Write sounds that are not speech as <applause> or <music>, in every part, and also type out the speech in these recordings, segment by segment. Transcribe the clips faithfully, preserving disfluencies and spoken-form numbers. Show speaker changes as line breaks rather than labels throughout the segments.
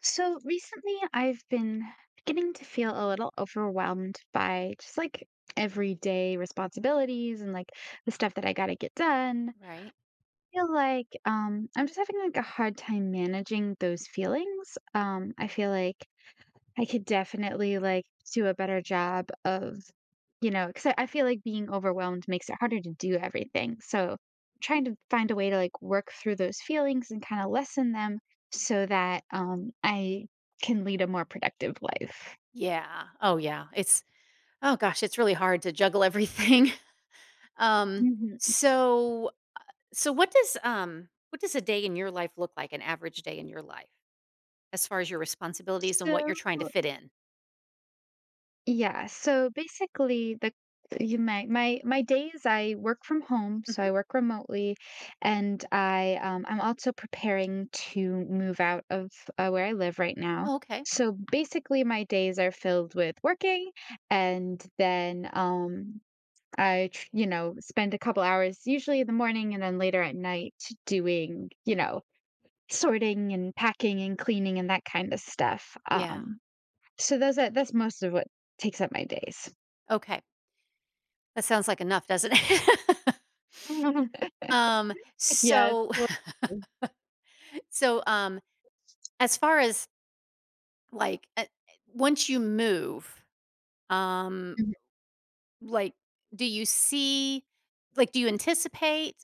So recently, I've been beginning to feel a little overwhelmed by just like everyday responsibilities and like the stuff that I got to get done.
Right.
I feel like um, I'm just having like a hard time managing those feelings. Um, I feel like I could definitely, like, do a better job of, you know 'cause I I feel like being overwhelmed makes it harder to do everything, so trying to find a way to, like, work through those feelings and kinda lessen them so that, um, I can lead a more productive life.
Yeah. Oh, yeah. It's oh gosh, it's really hard to juggle everything. <laughs> Um,
Mhm.
so so what does um what does a day in your life look like, an average day in your life, as far as your responsibilities and what
So
you're trying to fit in?
Yeah, so basically the you my my my days I work from home, so
Mhm.
I work remotely and I um I'm also preparing to move out of uh, where I live right now.
Oh, okay.
So basically my days are filled with working and then um I tr- you know spend a couple hours usually in the morning and then later at night doing, you know, sorting and packing and cleaning and that kind of stuff.
Yeah.
Um so those are that's most of what takes up my days.
Okay. That sounds like enough, doesn't it? <laughs>
<laughs>
um,
Yes.
so <laughs> so um as far as like uh, once you move, um,
Um,
like do you see like do you anticipate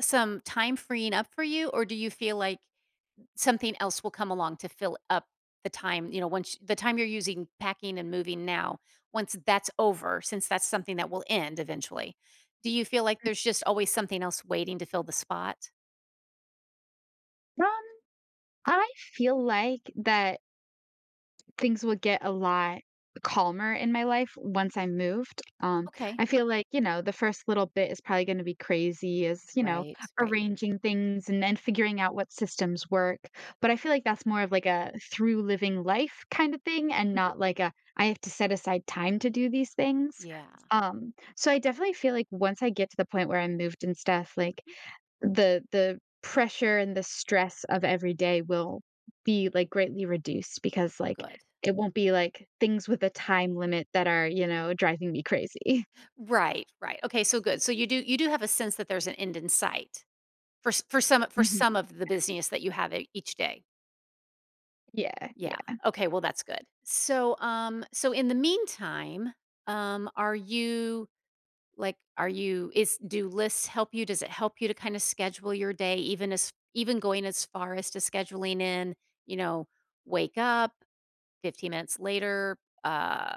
some time freeing up for you, or do you feel like something else will come along to fill up the time, you know, once the time you're using packing and moving now, once that's over, since that's something that will end eventually, do you feel like there's just always something else waiting to fill the spot?
I feel like that things will get a lot calmer in my life once I moved. Um,
Okay.
I feel like, you know, the first little bit is probably going to be crazy as, you know,
Right. Right.
arranging things and then figuring out what systems work. But I feel like that's more of like a through living life kind of thing and
Mhm.
not like a I have to set aside time to do these things.
Yeah.
Um, so I definitely feel like once I get to the point where I moved and stuff, like
Mhm.
the the pressure and the stress of every day will be, like, greatly reduced because,
Oh,
like,
good.
it won't be, like, things with a time limit that are, you know, driving me crazy. <laughs>
Right. Right. Okay. So good. So you do you do have a sense that there's an end in sight for s- for some for
Mhm.
some of the business that you have e- each day.
Yeah,
Yeah.
yeah.
Okay, well that's good. So, um so in the meantime, um are you like are you is do lists help you? Does it help you to kind of schedule your day even as even going as far as to scheduling in, you know, wake up fifteen minutes later, uh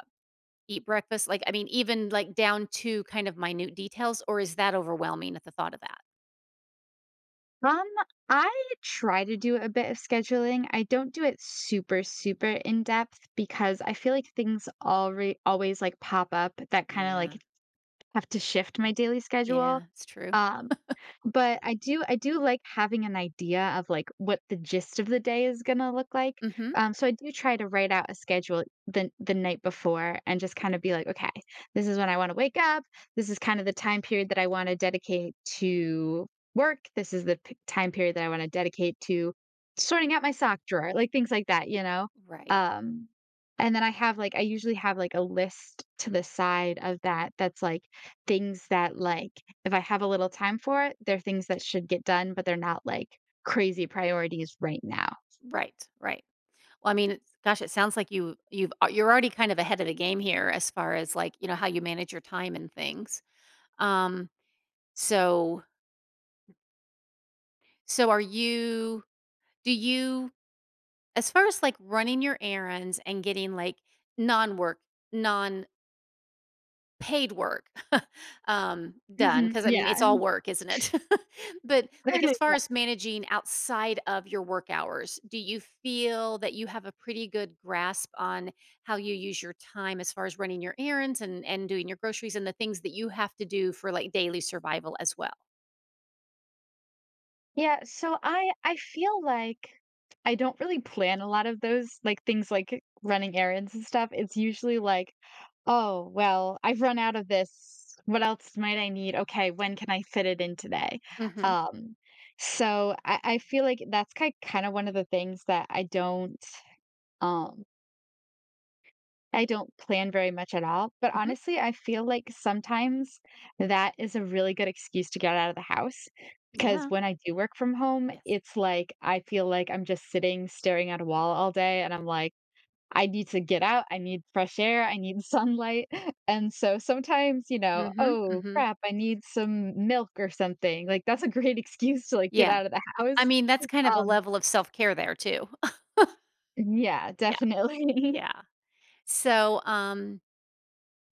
eat breakfast, like I mean even like down to kind of minute details or is that overwhelming at the thought of that?
Um, I try to do a bit of scheduling. I don't do it super, super in depth because I feel like things already always, like, pop up that kinda,
Yeah.
like, have to shift my daily schedule.
Yeah, it's true.
Um But I do I do like having an idea of, like, what the gist of the day is gonna look like.
Mhm.
Um, so I do try to write out a schedule the the night before and just kind of be like, "Okay, this is when I wanna wake up. This is kind of the time period that I wanna dedicate to work. This is the p time period that I wanna dedicate to sorting out my sock drawer," like, things like that, you know?
Right.
Um, and then I have, like I usually have, like, a list to the side of that that's, like, things that, like, if I have a little time for it, they're things that should get done, but they're not, like, crazy priorities right now.
Right. Right. Well, I mean, it's gosh, it sounds like you you've a you're already kind of ahead of the game here as far as, like, you know, how you manage your time and things. Um, so so are you do you as far as, like, running your errands and getting, like, non-work, non paid work, <laughs> um, done,
Mhm,
because I mean,
yeah.
it's all work, isn't it? <laughs> But, like, as
<laughs> Yeah,
far as managing outside of your work hours, do you feel that you have a pretty good grasp on how you use your time as far as running your errands and and doing your groceries and the things that you have to do for, like, daily survival as well?
yeah, so I I feel like I don't really plan a lot of those, like, things like running errands and stuff. It's usually like, "Oh, well, I've run out of this. What else might I need? Okay, when can I fit it in today?"
Mhm,
Um, so I I feel like that's kind kinda one of the things that I don't, um I don't plan very much at all, but
mhm,
honestly, I feel like sometimes that is a really good excuse to get out of the house because
yeah,
when I do work from home,
yes.
it's like I feel like I'm just sitting staring at a wall all day and I'm like, I need to get out. I need fresh air. I need sunlight. <laughs> And so sometimes, you know,
Mhm,
oh
mhm,
crap, I need some milk or something. Like that's a great <laughs> excuse to like get
yeah.
out of the
I
house.
mean, that's kind of a
Um
level of self-care there too. <laughs>
yeah,
Yeah,
definitely.
yeah. So, um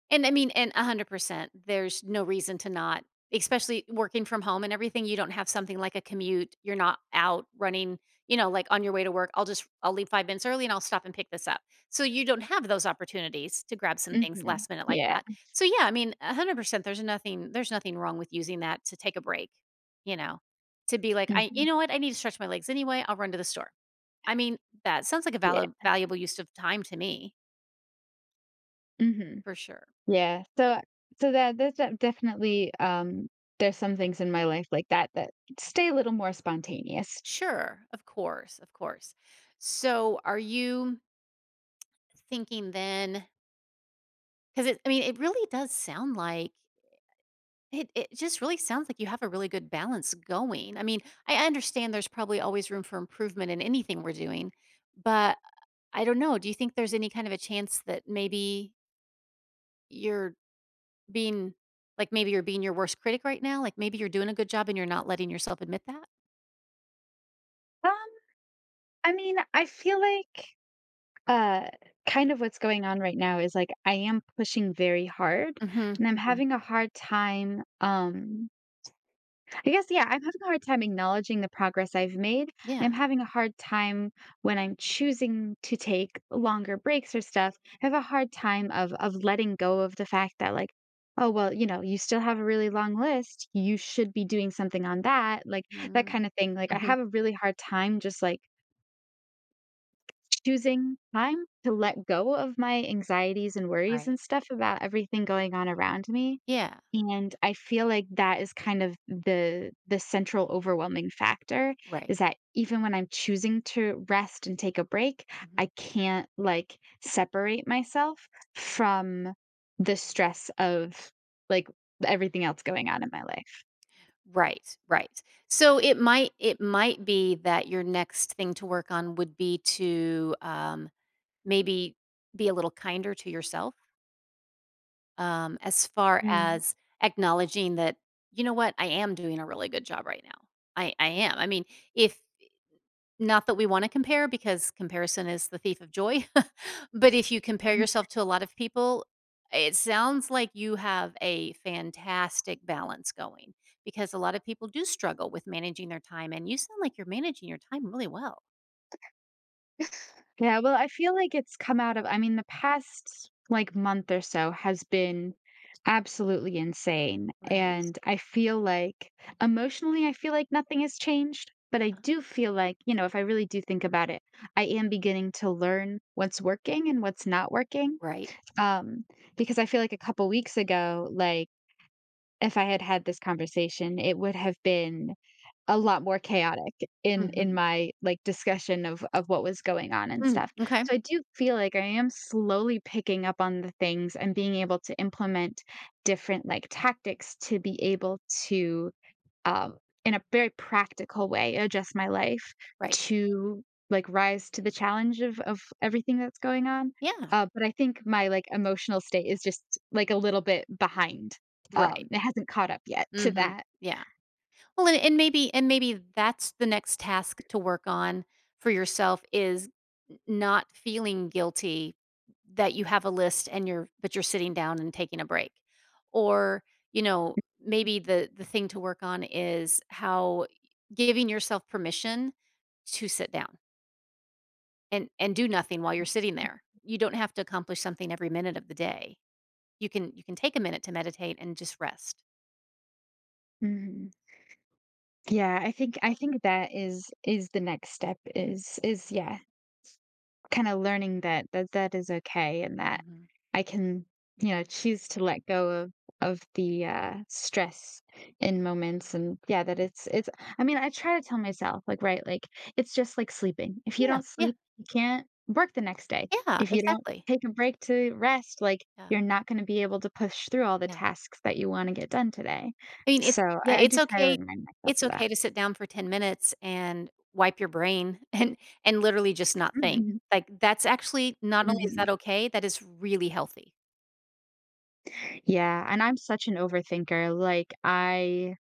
and I mean, and one hundred percent, there's no reason to not, especially working from home and everything. You don't have something like a commute. You're not out running, you know, like on your way to work. I'll just, I'll leave five minutes early and I'll stop and pick this up. So you don't have those opportunities to grab some
<laughs>
things
hmm
last minute like
Yeah.
that. So yeah, I mean, one hundred percent, there's nothing, there's nothing wrong with using that to take a break, you know, to be like, I, you
hmm
know what, I need to stretch my legs anyway. I'll run to the store. I mean, that sounds like a valid,
Yeah.
valuable use of time to me
hmm
for sure.
Yeah, so so that there's de definitely, um there's some things in my life like that that stay a little more spontaneous.
Sure, of course, of course. So, are you thinking then? Because it, I mean, it really does sound like it. It just really sounds like you have a really good balance going. I mean, I understand there's probably always room for improvement in anything we're doing, but I don't know. Do you think there's any kind of a chance that maybe you're being like maybe you're being your worst critic right now? Like maybe you're doing a good job and you're not letting yourself admit that.
Um, I mean, I feel like, uh, kind of what's going on right now is, like, I am pushing very hard,
Mm-hmm.
and I'm
Hmm.
having a hard time, um I guess, yeah, I'm having a hard time acknowledging the progress I've made.
Yeah.
I'm having a hard time when I'm choosing to take longer breaks or stuff. I have
Right.
a hard time of of letting go of the fact that like, oh well, you know, you still have a really long list. You should be doing something on that, like that kind of thing. Like I
Mm-hmm.
have a really hard time just like choosing time to let go of my anxieties and worries
Right.
and stuff about everything going on around me.
Yeah.
And I feel like that is kind of the the central overwhelming factor
Right.
is that even when I'm choosing to rest and take a break,
Mhm.
I can't like separate myself from the stress of like everything else going on in my life.
Right, right. So it might it might be that your next thing to work on would be to, um, maybe be a little kinder to yourself, um, as far
Mm.
as acknowledging that, "You know what? I am doing a really good job right now." I I am. I mean, if not that we wanna compare because comparison is the thief of joy, <laughs> but if you compare yourself to a lot of people, it sounds like you have a fantastic balance going because a lot of people do struggle with managing their time, and you sound like you're managing your time really well.
Yeah, well, I feel like it's come out of I mean, the past, like, month or so has been absolutely insane,
Right.
and I feel like emotionally, I feel like nothing has changed, but I
Uh-huh.
do feel like, you know, if I really do think about it, I am beginning to learn what's working and what's not working,
Right.
um, because I feel like a couple weeks ago, like, if I had had this conversation, it would have been a lot more chaotic in in
Mhm.
my, like, discussion of of what was going on and
Mm,
stuff.
okay.
So I do feel like I am slowly picking up on the things and being able to implement different, like, tactics to be able to, um, in a very practical way, adjust my life
Right.
to, like, rise to the challenge of of everything that's going on.
Yeah.
Uh, but I think my, like, emotional state is just, like, a little bit behind. Um,
Right.
it hasn't caught up yet to
Mhm.
that.
Yeah. Well, and and maybe and maybe that's the next task to work on for yourself is n not feeling guilty that you have a list and you're but you're sitting down and taking a break. Or, you know, maybe the the thing to work on is how giving yourself permission to sit down and and do nothing while you're sitting there. You don't have to accomplish something every minute of the day. You can you can take a minute to meditate and just rest.
Mhm. Yeah, I think I think that is is the next step is is yeah, kinda learning that that that is okay and that
Mhm.
I can, you know, choose to let go of of the, uh, stress in moments and yeah, that it's it's I mean, I try to tell myself, like, right, like, it's just like sleeping. If you
Yeah.
don't
Yeah.
sleep, you can't work the next day.
Yeah,
If you don't
exactly.
take a break to rest, like,
Yeah.
you're not gonna be able to push through all the
Yeah.
tasks that you wanna get done today.
I mean, it's
So,
yeah,
I I
it's
do try to
okay
remind myself
it's
of that.
okay to sit down for ten minutes and wipe your brain <laughs> and and literally just not
<laughs>
think.
Mhm,
Like, that's actually not only is
mhm.
that okay, that is really healthy.
Yeah, and I'm such an overthinker, like, I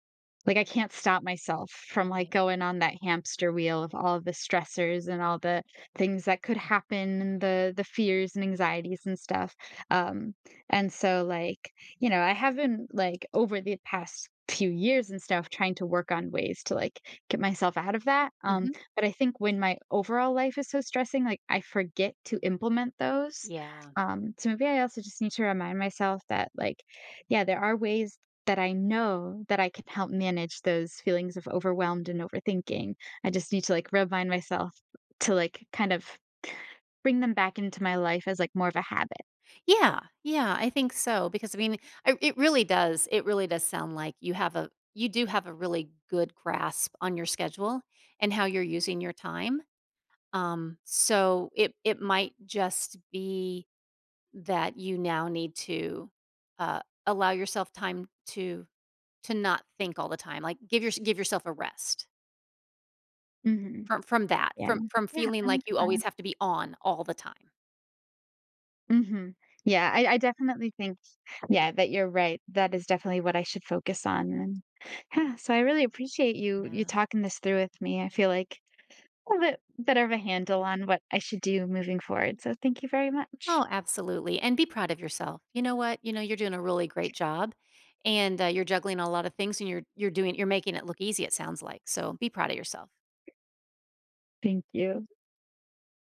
like, I can't stop myself from, like,
Right.
going on that hamster wheel of all the stressors and all the things that could happen and the the fears and anxieties and stuff, um, and so, like, you know, I have been, like, over the past few years and stuff trying to work on ways to, like, get myself out of that, um,
Mhm.
but I think when my overall life is so stressing, like, I forget to implement those,
Yeah.
um, so maybe I also just need to remind myself that, like, yeah, there are ways that I know that I can help manage those feelings of overwhelmed and overthinking. I just need to like remind myself to like kind of bring them back into my life as like more of a habit.
Yeah, yeah, I think so, because, I mean, I it really does it really does sound like you have a you do have a really good grasp on your schedule and how you're using your time. Um, so it it might just be that you now need to uh, allow yourself time to to not think all the time. Like give your give yourself a rest
Hmm
from from that,
Yeah.
from from
Yeah.
feeling
I'm
like you
gonna.
always have to be on all the time.
Hmm Yeah. I, I definitely think, yeah, that you're right. That is definitely what I should focus on. And yeah, so I really appreciate you, you
Yeah.
talking this through with me. I feel like a little bit better of a handle on what I should do moving forward. So thank you very much.
Oh, absolutely. And be proud of yourself. You know what? You know you're doing a really great job and uh, you're juggling a lot of things and you're you're doing you're making it look easy it sounds like. So be proud of yourself.
Thank you.